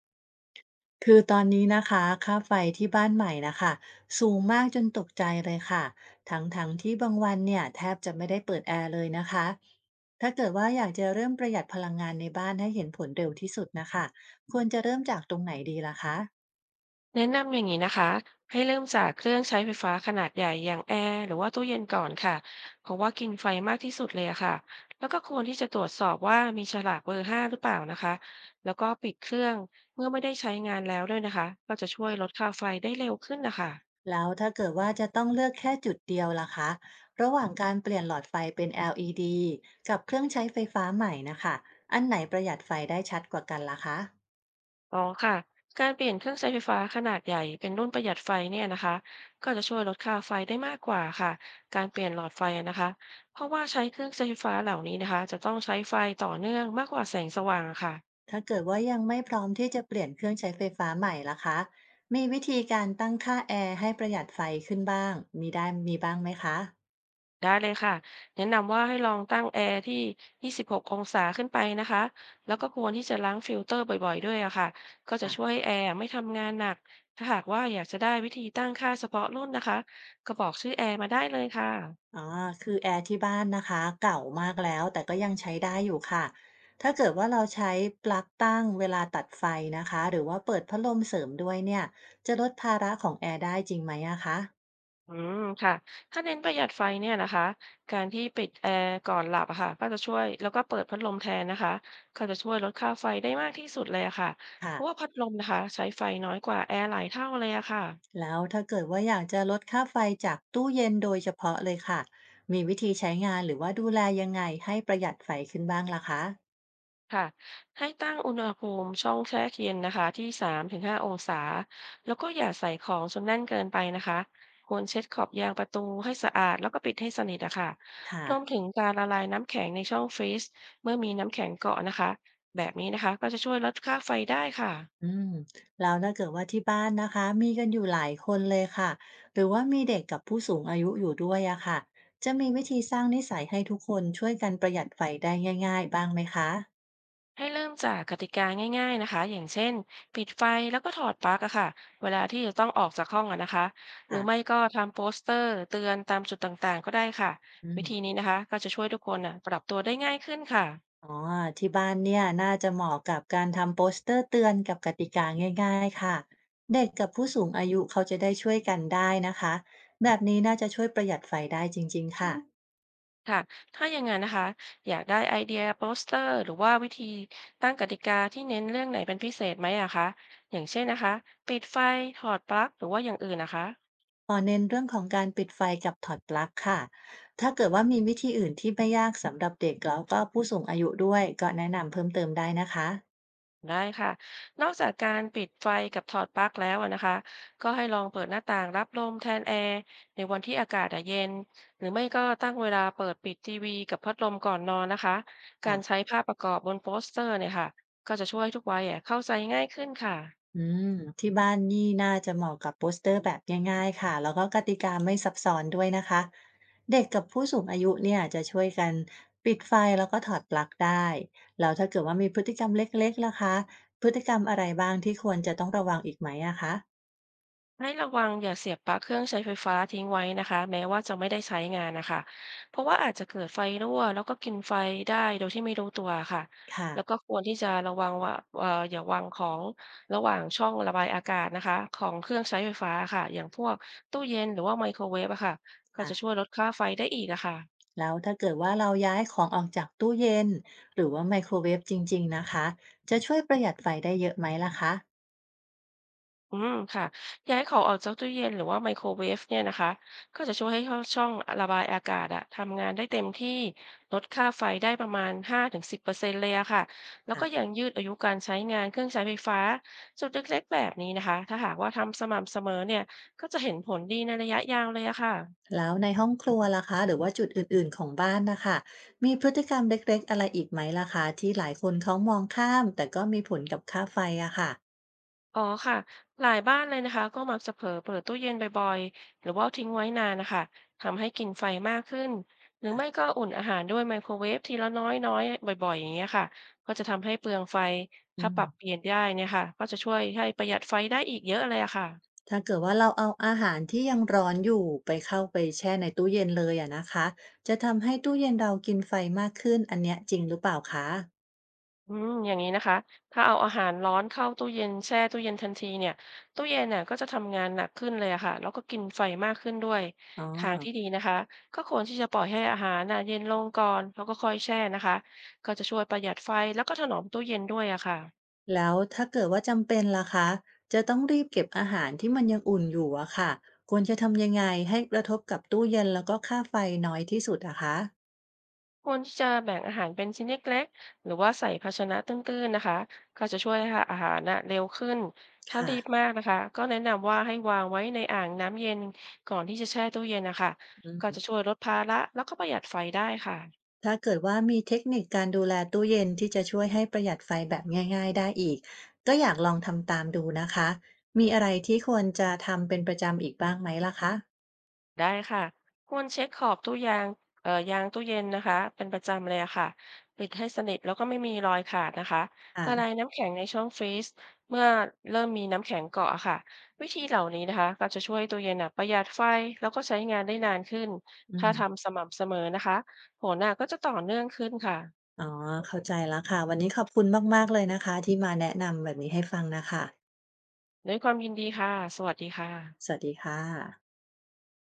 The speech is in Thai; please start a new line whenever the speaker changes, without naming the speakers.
คือตอนนี้นะคะค่าไฟที่บ้านใหม่นะคะสูงมากจนตกใจเลยค่ะทั้งๆทที่บางวันเนี่ยแทบจะไม่ได้เปิดแอร์เลยนะคะถ้าเกิดว่าอยากจะเริ่มประหยัดพลังงานในบ้านให้เห็นผลเร็วที่สุดนะคะควรจะเริ่มจากตรงไหนดีล่ะคะ
แนะนำอย่างนี้นะคะให้เริ่มจากเครื่องใช้ไฟฟ้าขนาดใหญ่อย่างแอร์หรือว่าตู้เย็นก่อนค่ะเพราะว่ากินไฟมากที่สุดเลยอะค่ะแล้วก็ควรที่จะตรวจสอบว่ามีฉลากเบอร์ห้าหรือเปล่านะคะแล้วก็ปิดเครื่องเมื่อไม่ได้ใช้งานแล้วด้วยนะคะก็จะช่วยลดค่าไฟได้เร็วขึ้นนะคะ
แล้วถ้าเกิดว่าจะต้องเลือกแค่จุดเดียวล่ะคะระหว่างการเปลี่ยนหลอดไฟเป็น LED กับเครื่องใช้ไฟฟ้าใหม่นะคะอันไหนประหยัดไฟได้ชัดกว่ากันล่ะคะ
อ๋อค่ะการเปลี่ยนเครื่องใช้ไฟฟ้าขนาดใหญ่เป็นรุ่นประหยัดไฟเนี่ยนะคะก็จะช่วยลดค่าไฟได้มากกว่าค่ะการเปลี่ยนหลอดไฟอะนะคะเพราะว่าใช้เครื่องใช้ไฟฟ้าเหล่านี้นะคะจะต้องใช้ไฟต่อเนื่องมากกว่าแสงสว่างอะค่ะ
ถ้าเกิดว่ายังไม่พร้อมที่จะเปลี่ยนเครื่องใช้ไฟฟ้าใหม่ล่ะคะ มีวิธีการตั้งค่าแอร์ให้ประหยัดไฟขึ้นบ้างมีบ้างไหมคะ
ได้เลยค่ะแนะนำว่าให้ลองตั้งแอร์ที่26องศาขึ้นไปนะคะแล้วก็ควรที่จะล้างฟิลเตอร์บ่อยๆด้วยอะค่ะก็จะ
อ่ะ
ช่วยให้แอร์ไม่ทำงานหนักถ้าหากว่าอยากจะได้วิธีตั้งค่าเฉพาะรุ่นนะคะก็บอกชื่อแอร์มาได้เลยค่ะ
อ๋อคือแอร์ที่บ้านนะคะเก่ามากแล้วแต่ก็ยังใช้ได้อยู่ค่ะถ้าเกิดว่าเราใช้ปลั๊กตั้งเวลาตัดไฟนะคะหรือว่าเปิดพัดลมเสริมด้วยเนี่ยจะลดภาระของแอร์ได้จริงไหมอะคะ
อืมค่ะ ถ้าเน้นประหยัดไฟเนี่ยนะคะ การที่ปิดแอร์ก่อนหลับอะค่ะก็จะช่วยแล้วก็เปิดพัดลมแทนนะคะก็จะช่วยลดค่าไฟได้มากที่สุดเลยอะค่ะ เพ
ค่ะ
ราะว่าพัดลมนะคะใช้ไฟน้อยกว่าแอร์หลายเท่าเลยอะค่ะ
แล้วถ้าเกิดว่าอยากจะลดค่าไฟจากตู้เย็นโดยเฉพาะเลยค่ะ มีวิธีใช้งานหรือว่าดูแลยังไงให้ประหยัดไฟขึ้นบ้างล่ะคะ
ค่ะให้ตั้งอุณหภูมิช่องแช่เย็นนะคะที่สามถึงห้าองศาแล้วก็อย่าใส่ของจนแน่นเกินไปนะคะควรเช็ดขอบยางประตูให้สะอาดแล้วก็ปิดให้สนิทอะค่ะรวม
ค่ะ
ถึงการละลายน้ำแข็งในช่องฟรีซเมื่อมีน้ำแข็งเกาะนะคะแบบนี้นะคะก็จะช่วยลดค่าไฟได้ค่ะ
อืมแล้วถ้าเกิดว่าที่บ้านนะคะมีกันอยู่หลายคนเลยค่ะ หรือว่ามีเด็กกับผู้สูงอายุอยู่ด้วยอะค่ะ จะมีวิธีสร้างนิสัยให้ทุกคนช่วยกันประหยัดไฟได้ง่ายๆบ้างไหมคะ
ให้เริ่มจากกติกาง่ายๆนะคะอย่างเช่นปิดไฟแล้วก็ถอดปลั๊กอะค่ะเวลาที่จะต้องออกจากห้องอะนะคะหรือไม่
ค่ะ
ก็ทำโปสเตอร์เตือนตามจุดต่างๆก็ได้ค่ะ
อื
วิ
ม
ธีนี้นะคะก็จะช่วยทุกคนอะปรับตัวได้ง่ายขึ้นค่ะ
อ๋อที่บ้านเนี่ยน่าจะเหมาะกับการทำโปสเตอร์เตือนกับกติกาง่ายๆค่ะเด็กกับผู้สูงอายุเขาจะได้ช่วยกันได้นะคะแบบนี้น่าจะช่วยประหยัดไฟได้จริงๆค่ะ
ค่ะถ้าอย่างนั้นนะคะอยากได้ไอเดียโปสเตอร์หรือว่าวิธีตั้งกติกาที่เน้นเรื่องไหนเป็นพิเศษไหมอะคะอย่างเช่นนะคะปิดไฟถอดปลั๊กหรือว่าอย่างอื่นนะคะ
ขอเน้นเรื่องของการปิดไฟกับถอดปลั๊กค่ะถ้าเกิดว่ามีวิธีอื่นที่ไม่ยากสำหรับเด็กแล้วก็ผู้สูงอายุด้วยก็แนะนำเพิ่มเติมได้นะคะ
ได้ค่ะ นอกจากการปิดไฟกับถอดปลั๊กแล้วอะนะคะ ก็ให้ลองเปิดหน้าต่างรับลมแทนแอร์ในวันที่อากาศอะเย็น หรือไม่ก็ตั้งเวลาเปิดปิดทีวีกับพัดลมก่อนนอนนะคะ การใช้ภาพประกอบบนโปสเตอร์เนี่ยค่ะ ก็จะช่วยให้ทุกวัยอะเข้าใจง่ายขึ้นค่ะ
อืมที่บ้านนี่น่าจะเหมาะกับโปสเตอร์แบบง่ายๆค่ะแล้วก็กติกาไม่ซับซ้อนด้วยนะคะเด็กกับผู้สูงอายุเนี่ยจะช่วยกันปิดไฟแล้วก็ถอดปลั๊กได้แล้วถ้าเกิดว่ามีพฤติกรรมเล็กๆล่ะคะพฤติกรรมอะไรบ้างที่ควรจะต้องระวังอีกไหมอะคะ
ให้ระวังอย่าเสียบปลั๊กเครื่องใช้ไฟฟ้าทิ้งไว้นะคะแม้ว่าจะไม่ได้ใช้งานนะคะเพราะว่าอาจจะเกิดไฟรั่วแล้วก็กินไฟได้โดยที่ไม่รู้ตัวค่ะ
ค่ะ
แล้วก็ควรที่จะระวังว่าอย่าวางของระหว่างช่องระบายอากาศนะคะของเครื่องใช้ไฟฟ้าค่ะอย่างพวกตู้เย็นหรือว่าไมโครเวฟอะค่ะก็จะช่วย
ค่ะ
ลดค่าไฟได้อีกอะค่ะ
แล้วถ้าเกิดว่าเราย้ายของออกจากตู้เย็นหรือว่าไมโครเวฟจริงๆนะคะจะช่วยประหยัดไฟได้เยอะไหมล่ะคะ
อืมค่ะย้ายของออกจากตู้เย็นหรือว่าไมโครเวฟเนี่ยนะคะก็จะช่วยให้เขาช่องระบายอากาศอะทำงานได้เต็มที่ลดค่าไฟได้ประมาณ5-10%เลยอะค่ะแล้วก็
ะ
ยังยืดอายุการใช้งานเครื่องใช้ไฟฟ้าจุดเล็กๆแบบนี้นะคะถ้าหากว่าทำสม่ำเสมอเนี่ยก็จะเห็นผลดีในระยะยาวเลยอะค่ะ
แล้วในห้องครัวล่ะคะหรือว่าจุดอื่นๆของบ้านนะคะมีพฤติกรรมเล็กๆอะไรอีกไหมล่ะคะที่หลายคนเขามองข้ามแต่ก็มีผลกับค่าไฟอะค่ะ
อ๋อค่ะหลายบ้านเลยนะคะก็มักจะเผลอเปิดตู้เย็นบ่อยๆหรือว่าทิ้งไว้นานนะคะทำให้กินไฟมากขึ้นหรือไม่ก็อุ่นอาหารด้วยไมโครเวฟทีละน้อยน้อยบ่อยๆอย่างเงี้ยค่ะก็จะทำให้เปลืองไฟ
อื
ถ้า
ม
ปรับเปลี่ยนได้เนี่ยค่ะก็จะช่วยให้ประหยัดไฟได้อีกเยอะเลยอะค่ะ
ถ้าเกิดว่าเราเอาอาหารที่ยังร้อนอยู่ไปเข้าไปแช่ในตู้เย็นเลยอะนะคะจะทำให้ตู้เย็นเรากินไฟมากขึ้นอันเนี้ยจริงหรือเปล่าคะ
อย่างนี้นะคะ ถ้าเอาอาหารร้อนเข้าตู้เย็นแช่ตู้เย็นทันทีเนี่ยตู้เย็นน่ะก็จะทำงานหนักขึ้นเลยอะค่ะแล้วก็กินไฟมากขึ้นด้วย
อ๋อ
ทางที่ดีนะคะก็ควรที่จะปล่อยให้อาหารน่ะเย็นลงก่อนแล้วก็ค่อยแช่นะคะก็จะช่วยประหยัดไฟแล้วก็ถนอมตู้เย็นด้วยอะค่ะ
แล้วถ้าเกิดว่าจำเป็นล่ะคะจะต้องรีบเก็บอาหารที่มันยังอุ่นอยู่อะค่ะควรจะทำยังไงให้กระทบกับตู้เย็นแล้วก็ค่าไฟน้อยที่สุดอะคะ
ควรที่จะแบ่งอาหารเป็นชิ้นเล็กๆหรือว่าใส่ภาชนะตื้นๆนะคะ ก็จะช่วยให้อาหารน่ะเร็วขึ้น ถ้า
ค่ะ
รีบมากนะคะก็แนะนำว่าให้วางไว้ในอ่างน้ำเย็นก่อนที่จะแช่ตู้เย็นนะคะ
อื
ก็จะ
ม
ช่วยลดภาระแล้วก็ประหยัดไฟได้ค่ะ
ถ้าเกิดว่ามีเทคนิคการดูแลตู้เย็นที่จะช่วยให้ประหยัดไฟแบบง่ายๆได้อีกก็อยากลองทำตามดูนะคะมีอะไรที่ควรจะทำเป็นประจำอีกบ้างไหมล่ะคะ
ได้ค่ะควรเช็คขอบตู้ยางยางตู้เย็นนะคะเป็นประจำเลยอะค่ะปิดให้สนิทแล้วก็ไม่มีรอยขาดนะคะ
ค่ะ
ละลายน้ำแข็งในช่องฟรีซเมื่อเริ่มมีน้ำแข็งเกาะอะค่ะวิธีเหล่านี้นะคะก็จะช่วยตู้เย็นอะประหยัดไฟแล้วก็ใช้งานได้นานขึ้น
อื
ถ้า
ม
ทำสม่ำเสมอนะคะผลน่ะก็จะต่อเนื่องขึ้นค่ะ
อ๋อเข้าใจแล้วค่ะวันนี้ขอบคุณมากๆเลยนะคะที่มาแนะนำแบบนี้ให้ฟังน่ะค่ะ
ด้วยความยินดีค่ะสวัสดีค่ะ
สวัสดีค่ะ